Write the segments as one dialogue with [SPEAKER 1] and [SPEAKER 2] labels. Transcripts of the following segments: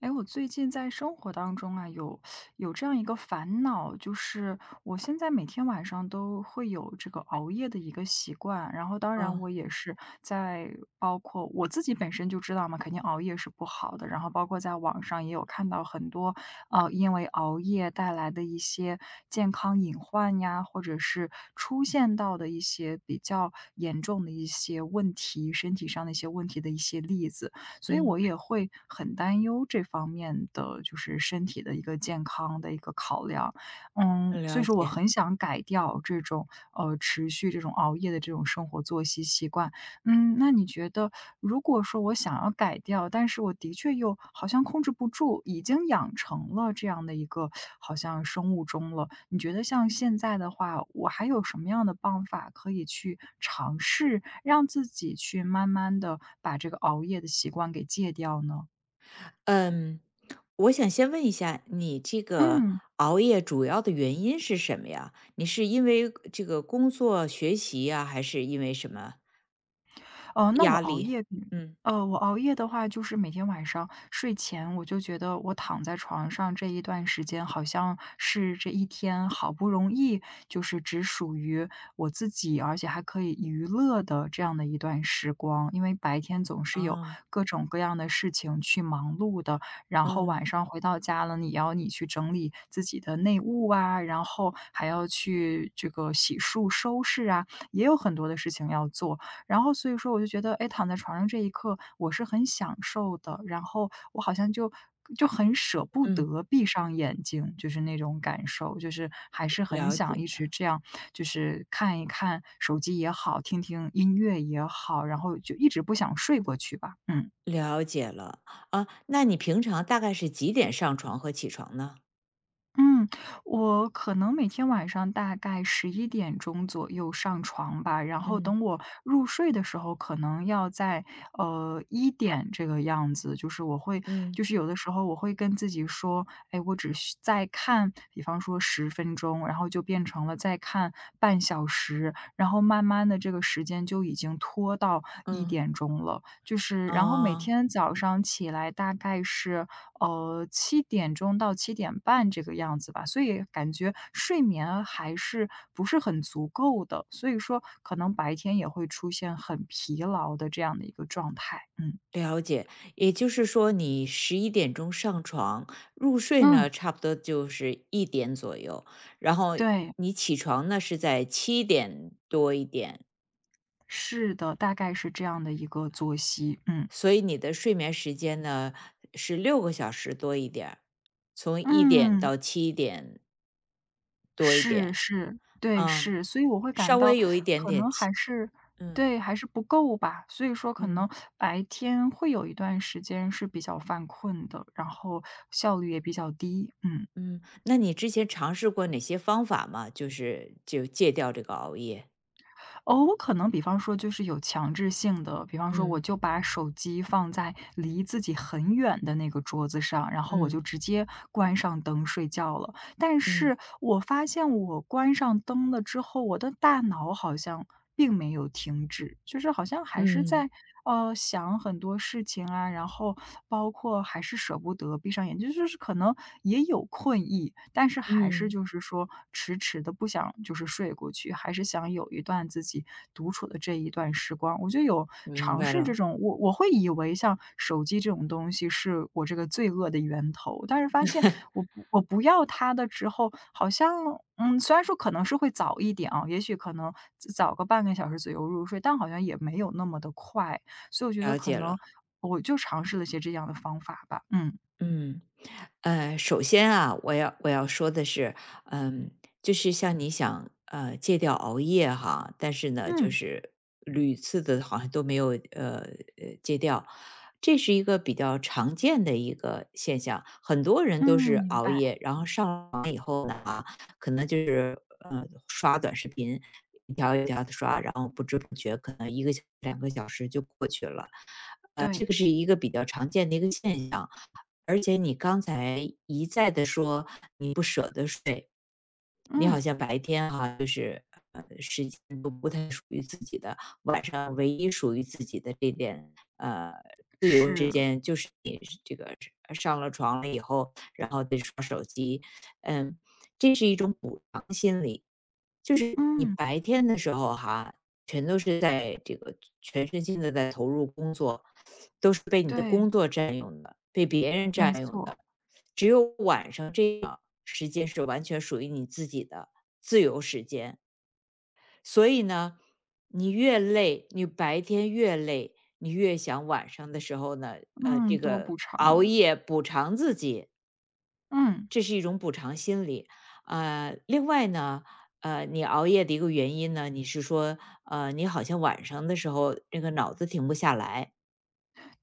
[SPEAKER 1] 哎，我最近在生活当中啊，有这样一个烦恼，就是我现在每天晚上都会有这个熬夜的一个习惯，然后当然
[SPEAKER 2] 哦，
[SPEAKER 1] 我也是在包括我自己本身就知道嘛，肯定熬夜是不好的，然后包括在网上也有看到很多，因为熬夜带来的一些健康隐患呀，或者是出现到的一些比较严重的一些问题，身体上的一些问题的一些例子。所以我
[SPEAKER 2] 嗯，
[SPEAKER 1] 也会很担忧这方面的就是身体的一个健康的一个考量。嗯，所以
[SPEAKER 2] 了
[SPEAKER 1] 说我
[SPEAKER 2] 解。
[SPEAKER 1] 很想改掉这种，持续这种熬夜的这种生活作息习惯。嗯，那你觉得如果说我想要改掉，但是我的确又好像控制不住，已经养成了这样的一个好像生物钟了，你觉得像现在的话，我还有什么样的办法可以去尝试，让自己去慢慢的把这个熬夜的习惯给戒掉呢？
[SPEAKER 2] 嗯，我想先问一下，你这个
[SPEAKER 1] 嗯。
[SPEAKER 2] 熬夜主要的原因是什么呀？你是因为这个工作、学习呀，还是因为什么
[SPEAKER 1] 呃，那我
[SPEAKER 2] 压
[SPEAKER 1] 熬
[SPEAKER 2] 力？
[SPEAKER 1] 夜嗯
[SPEAKER 2] 嗯，
[SPEAKER 1] 呃，我熬夜的话，就是每天晚上睡前，我就觉得我躺在床上这一段时间，好像是这一天好不容易，就是只属于我自己，而且还可以娱乐的这样的一段时光。因为白天总是有
[SPEAKER 2] 啊，
[SPEAKER 1] 各种各样的事情去忙碌的，然后
[SPEAKER 2] 嗯
[SPEAKER 1] 晚上回到家了，你去整理自己的内务啊，然后还要去这个洗漱收拾啊，也有很多的事情要做。然后所以说我就觉得，哎，躺在床上这一刻我是很享受的，然后我好像就很舍不
[SPEAKER 2] 嗯，
[SPEAKER 1] 得闭上眼睛，就是那种感受，就是还是很
[SPEAKER 2] 了
[SPEAKER 1] 想
[SPEAKER 2] 解，
[SPEAKER 1] 一直这样，就是看一看手机也好，听听音乐也好，然后就一直不想睡过去吧。嗯。
[SPEAKER 2] 了解了。啊，那你平常大概是几点上床和起床呢？
[SPEAKER 1] 嗯，我可能每天晚上大概十一点钟左右上床吧，然后
[SPEAKER 2] 嗯
[SPEAKER 1] 等我入睡的时候，可能要在，呃一点这个样子。就是我会
[SPEAKER 2] 嗯
[SPEAKER 1] 就是有的时候我会跟自己说：“哎，我只需再看”比方说十分钟，然后就变成了再看半小时，然后慢慢的这个时间就已经拖到一
[SPEAKER 2] 嗯，
[SPEAKER 1] 点钟了。就是然后每
[SPEAKER 2] 啊。
[SPEAKER 1] 天早上起来大概是呃7点钟到7点半这个样子吧，所以感觉睡眠还是不是很足够的，所以说可能白天也会出现很疲劳的这样的一个状态。嗯。
[SPEAKER 2] 了解，也就是说你十一点钟上床，入睡呢，
[SPEAKER 1] 嗯，
[SPEAKER 2] 差不多就是一点左右，然后
[SPEAKER 1] 对，
[SPEAKER 2] 你起床呢，是在七点多一点，
[SPEAKER 1] 是的，大概是这样的一个作息。嗯。
[SPEAKER 2] 所以你的睡眠时间呢，是6个小时多一点儿，从一点
[SPEAKER 1] 嗯。
[SPEAKER 2] 到七点多一
[SPEAKER 1] 是
[SPEAKER 2] 点。
[SPEAKER 1] 是，对，
[SPEAKER 2] 嗯，
[SPEAKER 1] 是。所以我会感
[SPEAKER 2] 稍
[SPEAKER 1] 到
[SPEAKER 2] 微有一点
[SPEAKER 1] 可
[SPEAKER 2] 点
[SPEAKER 1] 能
[SPEAKER 2] 起
[SPEAKER 1] 还是
[SPEAKER 2] 嗯，
[SPEAKER 1] 对，还是不够吧。所以说可能
[SPEAKER 2] 嗯，
[SPEAKER 1] 白天会有一段时间是比较犯困的，然后效率也比较低。嗯。
[SPEAKER 2] 嗯，那你之前尝试过哪些方法吗？就是，就戒掉这个熬夜。
[SPEAKER 1] 哦，我可能比方说就是有强制性的，比方说我
[SPEAKER 2] 嗯，
[SPEAKER 1] 就把手机放在离自己很远的那个桌子上，然后我就
[SPEAKER 2] 嗯，
[SPEAKER 1] 直接关上灯睡觉了。但
[SPEAKER 2] 嗯，
[SPEAKER 1] 是我发现我关上灯了之后，我的大脑好像并没有停止，就是好像还是
[SPEAKER 2] 嗯。
[SPEAKER 1] 在想很多事情啊，然后包括还是舍不得闭上眼睛，就是可能也有困意，但是还是
[SPEAKER 2] 嗯，
[SPEAKER 1] 就是说迟迟的不想就是睡过去，还是想。想有一段自己独处的这一段时光。我就有
[SPEAKER 2] 明
[SPEAKER 1] 尝
[SPEAKER 2] 白
[SPEAKER 1] 试这
[SPEAKER 2] 了，
[SPEAKER 1] 种，我会以为像手机这种东西是我这个罪恶的源头，但是发现我不要它的之后，好像嗯，虽然说可能是会早一点啊，也许可能早个半个小时左右入睡，但好像也没有那么的快，所以我觉得
[SPEAKER 2] 了
[SPEAKER 1] 可
[SPEAKER 2] 解了。
[SPEAKER 1] 能我就尝试了一些这样的方法吧。嗯。
[SPEAKER 2] 嗯，首先啊，我要说的是。嗯，就是像你想戒掉熬夜哈，但是呢，就
[SPEAKER 1] 嗯
[SPEAKER 2] 是屡次的好像都没有呃戒掉。这是一个比较常见的一个现象，很多人都是
[SPEAKER 1] 嗯，明
[SPEAKER 2] 熬
[SPEAKER 1] 白，
[SPEAKER 2] 夜，然后可能就是，呃，刷短视频，一条一条的刷，然后不知不觉可能一个小2个小时就过去了。这
[SPEAKER 1] 对，
[SPEAKER 2] 个是一个比较常见的一个现象。而且你刚才一再的说你不舍得睡，你好
[SPEAKER 1] 嗯，
[SPEAKER 2] 像白天哈，就是，时间都不太属于自己的，晚上唯一属于自己的这点，自由时
[SPEAKER 1] 是，
[SPEAKER 2] 间，就是你是这个是上了床了以后，然后再刷手机，嗯。这是一种补偿心理。就是你
[SPEAKER 1] 嗯，
[SPEAKER 2] 白天的时候哈，全都是在这个全身心的在投入工作，都是被你的
[SPEAKER 1] 对，
[SPEAKER 2] 工作占用的，被别人
[SPEAKER 1] 没
[SPEAKER 2] 占用
[SPEAKER 1] 错。
[SPEAKER 2] 的。只有晚上这个时间是完全属于你自己的自由时间。所以呢，你越累，你白天越累，你越想晚上的时候呢，
[SPEAKER 1] 嗯，
[SPEAKER 2] 这
[SPEAKER 1] 多
[SPEAKER 2] 个
[SPEAKER 1] 补
[SPEAKER 2] 熬
[SPEAKER 1] 偿。
[SPEAKER 2] 夜补偿自己。
[SPEAKER 1] 嗯，
[SPEAKER 2] 这是一种补偿心理。另外呢，你熬夜的一个原因呢，你是说，你好像晚上的时候那个脑子停不下来。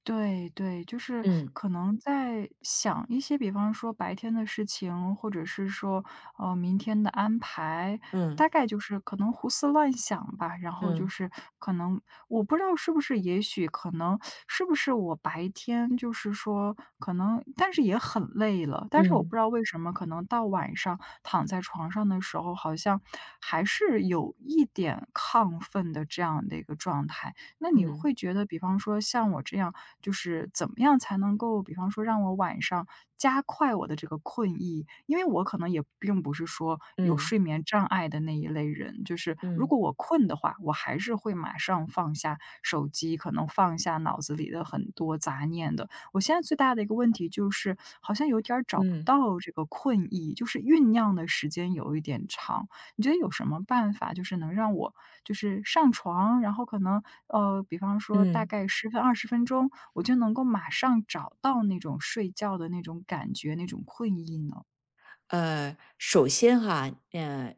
[SPEAKER 1] 对对，就是
[SPEAKER 2] 嗯
[SPEAKER 1] 可能在想一些，比方说白天的事情，或者是说，呃，明天的安排，
[SPEAKER 2] 嗯
[SPEAKER 1] 大概就是可能胡思乱想吧。然后就
[SPEAKER 2] 嗯
[SPEAKER 1] 是可能我不知道是不是，也许可能是不是我白天就是说可能，但是也很累了。但是我不知
[SPEAKER 2] 嗯
[SPEAKER 1] 道为什么，可能到晚上躺在床上的时候，好像还是有一点亢奋的这样的一个状态。那你
[SPEAKER 2] 嗯
[SPEAKER 1] 会觉得，比方说像我这样，就是怎么样才能够，比方说让我晚上加快我的这个困意？因为我可能也并不是说有
[SPEAKER 2] 嗯
[SPEAKER 1] 睡
[SPEAKER 2] 嗯
[SPEAKER 1] 眠障碍的那一类人，就是如
[SPEAKER 2] 嗯
[SPEAKER 1] 果我困的话，我还是会马上放下手机，可能放下脑子里的很多杂念的。我现在最大的一个问题就是，好像有点儿找不
[SPEAKER 2] 嗯
[SPEAKER 1] 到这个困意，就是酝酿的时间有一点长。你觉得有什么办法，就是能让我就是上床，然后可能比方说大
[SPEAKER 2] 嗯。
[SPEAKER 1] 概10分20分钟，我就能够马上找到那种睡觉的那种感觉，那种困意呢？
[SPEAKER 2] 首先哈，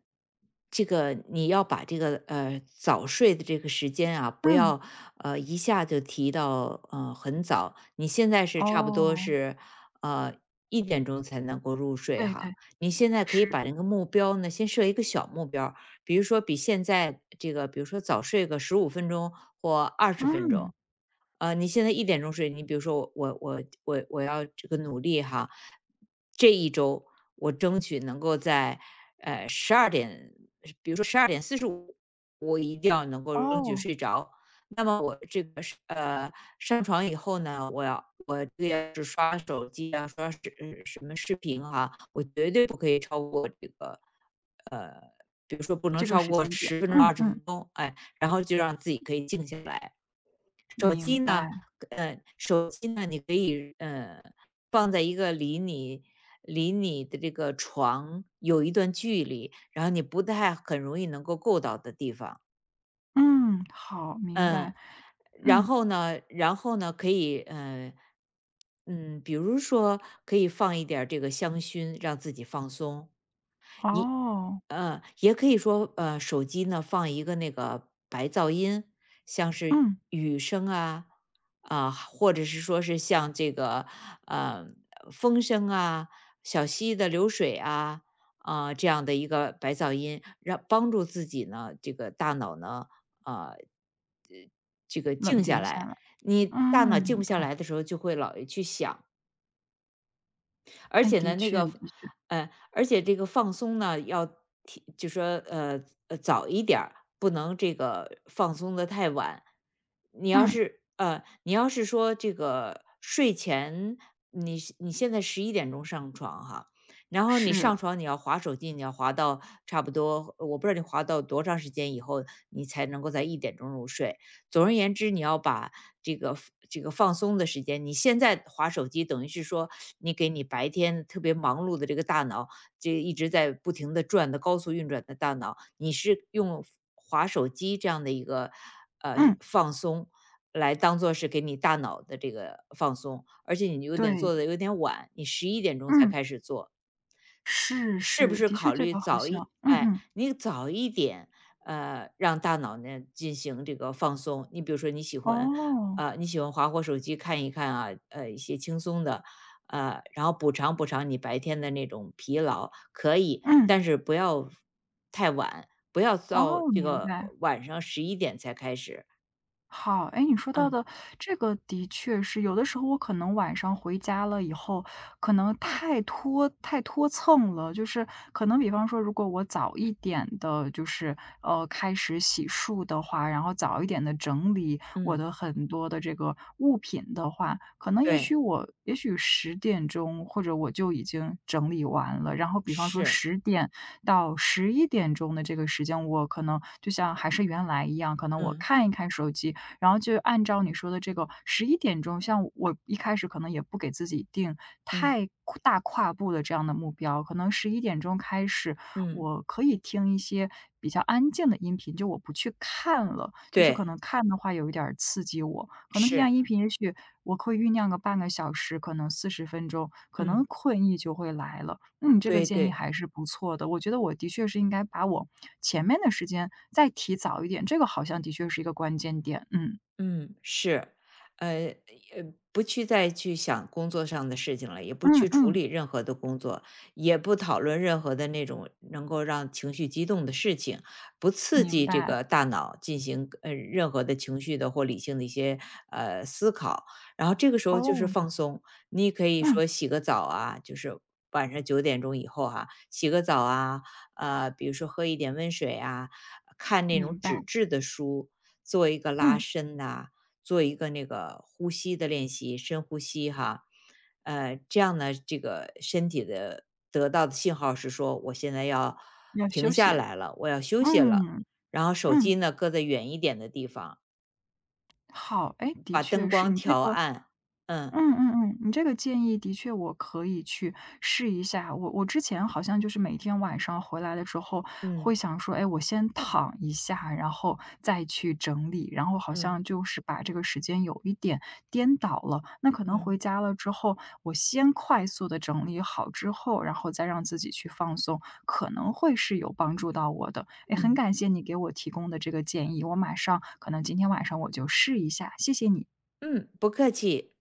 [SPEAKER 2] 这个你要把这个早睡的这个时间啊，不
[SPEAKER 1] 嗯，
[SPEAKER 2] 要一下就提到很早。你现在是差不多
[SPEAKER 1] 哦，
[SPEAKER 2] 是呃一点钟才能够入睡
[SPEAKER 1] 对
[SPEAKER 2] 哈。
[SPEAKER 1] 对，
[SPEAKER 2] 你现在可以
[SPEAKER 1] 是，
[SPEAKER 2] 把那个目标呢，先设一个小目标儿，比如说比现在这个，比如说早睡个15分钟或二十分
[SPEAKER 1] 嗯，
[SPEAKER 2] 钟。你现在一点钟睡，你比如说我要这个努力哈，这一周我争取能够在十二点，比如说12:45，我一定要能够争取
[SPEAKER 1] 哦，
[SPEAKER 2] 睡着。那么我这个是上床以后呢，我这个要是刷手机啊，什么视频哈、我绝对不可以超过这个。呃，比如说不能
[SPEAKER 1] 这个
[SPEAKER 2] 超
[SPEAKER 1] 时
[SPEAKER 2] 过
[SPEAKER 1] 间点，
[SPEAKER 2] 十分钟
[SPEAKER 1] 嗯
[SPEAKER 2] 二十
[SPEAKER 1] 嗯，
[SPEAKER 2] 分钟，哎，然后就让自己可以静下来。手
[SPEAKER 1] 明
[SPEAKER 2] 机
[SPEAKER 1] 白，
[SPEAKER 2] 呢，手机呢，你可以放在一个离你的这个床有一段距离，然后你不太很容易能够够到的地方。
[SPEAKER 1] 嗯，好，明
[SPEAKER 2] 嗯。
[SPEAKER 1] 白，
[SPEAKER 2] 然
[SPEAKER 1] 嗯，
[SPEAKER 2] 后呢，然后呢，可以，比如说可以放一点儿这个香薰，让自己放松。一，
[SPEAKER 1] 哦，
[SPEAKER 2] 也可以说，手机呢放一个那个白噪音，像是
[SPEAKER 1] 嗯，
[SPEAKER 2] 雨声啊、啊、或者是说是像这个，呃，风声啊、小溪的流水啊，啊，这样的一个白噪音，让帮助自己呢，这个大脑呢，啊、这个
[SPEAKER 1] 冷
[SPEAKER 2] 静下
[SPEAKER 1] 静下
[SPEAKER 2] 来。
[SPEAKER 1] 来，
[SPEAKER 2] 你大
[SPEAKER 1] 嗯，
[SPEAKER 2] 脑静
[SPEAKER 1] 明
[SPEAKER 2] 不
[SPEAKER 1] 白，
[SPEAKER 2] 下来的时候，就会老去想。而
[SPEAKER 1] 哎，
[SPEAKER 2] 且
[SPEAKER 1] 的
[SPEAKER 2] 呢，那
[SPEAKER 1] 确
[SPEAKER 2] 个，
[SPEAKER 1] 的确，
[SPEAKER 2] 而且这个放松呢，要就说早一点儿，不能这个放松的太晚。
[SPEAKER 1] 嗯，
[SPEAKER 2] 你要是说这个睡前，你现在十一点钟上床哈，然后你
[SPEAKER 1] 是，
[SPEAKER 2] 上床你要划手机，你要划到差不多，我不知道你划到多长时间以后，你才能够在一点钟入睡。总而言之，你要把这个这个放松的时间。你现在划手机，等于是说你给你白天特别忙碌的这个大脑，这一直在不停的转的高速运转的大脑，你是用划手机这样的一个
[SPEAKER 1] 嗯，
[SPEAKER 2] 放松，来当做是给你大脑的这个放松。而且你有点
[SPEAKER 1] 对。
[SPEAKER 2] 做的有点晚，你十一点钟才
[SPEAKER 1] 嗯。
[SPEAKER 2] 开始做，
[SPEAKER 1] 是
[SPEAKER 2] 是不
[SPEAKER 1] 是，
[SPEAKER 2] 是
[SPEAKER 1] 的确
[SPEAKER 2] 考
[SPEAKER 1] 这
[SPEAKER 2] 虑
[SPEAKER 1] 个好像嗯
[SPEAKER 2] 哎，
[SPEAKER 1] 嗯，
[SPEAKER 2] 你早一点，让大脑呢进行这个放松。你比如说你喜欢，
[SPEAKER 1] 哦，
[SPEAKER 2] 你喜欢划划手机看一看啊，一些轻松的，然后补偿补偿你白天的那种疲劳，可以，
[SPEAKER 1] 嗯，
[SPEAKER 2] 但是不要太晚，不要到
[SPEAKER 1] 哦，
[SPEAKER 2] 这
[SPEAKER 1] 明
[SPEAKER 2] 个
[SPEAKER 1] 白。
[SPEAKER 2] 晚上十一点才开始。
[SPEAKER 1] 好，哎，你说到
[SPEAKER 2] 嗯，
[SPEAKER 1] 的这个的确是，有的时候我可能晚上回家了以后，可能太拖蹭了，就是可能比方说，如果我早一点的，就是开始洗漱的话，然后早一点的整理我
[SPEAKER 2] 嗯，
[SPEAKER 1] 的很多的这个物品的话，可能也
[SPEAKER 2] 对，
[SPEAKER 1] 许我也许10点钟或者我就已经整理完了，然后比方说
[SPEAKER 2] 是，
[SPEAKER 1] 10点到11点钟的这个时间，我可能就像还是原来一样，可能我
[SPEAKER 2] 嗯，
[SPEAKER 1] 看一看手机。然后就按照你说的这个十一点钟，像我一开始可能也不给自己定
[SPEAKER 2] 嗯，
[SPEAKER 1] 太跨大跨步的这样的目标，可能十一点钟开始，
[SPEAKER 2] 嗯，
[SPEAKER 1] 我可以听一些比较安静的音频，就我不去看了，就是可
[SPEAKER 2] 对，
[SPEAKER 1] 能看的话有一点儿刺激我，可能听
[SPEAKER 2] 是，
[SPEAKER 1] 下音频，也许我可以酝酿个半个小时，可能40分钟，可能
[SPEAKER 2] 嗯，
[SPEAKER 1] 困意就会来了。嗯，这个
[SPEAKER 2] 对
[SPEAKER 1] 建议
[SPEAKER 2] 对。
[SPEAKER 1] 还是不错的。我觉得我的确是应该把我前面的时间再提早一点，这个好像的确是一个关键点。嗯，
[SPEAKER 2] 嗯，是，呃不去再去想工作上的事情了，也不
[SPEAKER 1] 嗯
[SPEAKER 2] 去处
[SPEAKER 1] 嗯，
[SPEAKER 2] 理任何的工作，也不讨论任何的那种能够让情绪激动的事情，不刺
[SPEAKER 1] 明
[SPEAKER 2] 激这
[SPEAKER 1] 白。
[SPEAKER 2] 个大脑进行任何的情绪的或理性的一些思考。然后这个时候就是
[SPEAKER 1] 哦，
[SPEAKER 2] 放松，你可以
[SPEAKER 1] 嗯，
[SPEAKER 2] 说洗个澡啊，就是晚上9点钟以后哈、洗个澡啊，比如说喝一点温水啊，看那
[SPEAKER 1] 明
[SPEAKER 2] 种
[SPEAKER 1] 白。
[SPEAKER 2] 纸质的书。做一个拉
[SPEAKER 1] 嗯，
[SPEAKER 2] 伸呐、做一个那个呼吸的练习，深呼吸哈，这样呢，这个身体的得到的信号是说，我现在要
[SPEAKER 1] 要休
[SPEAKER 2] 停
[SPEAKER 1] 息
[SPEAKER 2] 下
[SPEAKER 1] 了。
[SPEAKER 2] 来了，我要休息了。
[SPEAKER 1] 嗯，
[SPEAKER 2] 然后手
[SPEAKER 1] 嗯，
[SPEAKER 2] 机呢搁在远一点的地方，
[SPEAKER 1] 好。哎，的
[SPEAKER 2] 把灯
[SPEAKER 1] 确是，
[SPEAKER 2] 光
[SPEAKER 1] 你这
[SPEAKER 2] 调
[SPEAKER 1] 个
[SPEAKER 2] 暗。嗯
[SPEAKER 1] 嗯嗯嗯，你这个建议的确我可以去试一下。我之前好像就是每天晚上回来了之后，
[SPEAKER 2] 嗯
[SPEAKER 1] 会想说，哎，我先躺一下，然后再去整理，然后好
[SPEAKER 2] 嗯
[SPEAKER 1] 像就是把这个时间有一点颠倒了。那可能
[SPEAKER 2] 嗯
[SPEAKER 1] 回家了之后，我先快速的整理好之后，然后再让自己去放松，可能会是有帮助到我的。哎，很
[SPEAKER 2] 嗯
[SPEAKER 1] 感
[SPEAKER 2] 嗯
[SPEAKER 1] 谢你给我提供的这个建议，我马上可能今天晚上我就试一下，谢谢你。
[SPEAKER 2] 嗯不客气。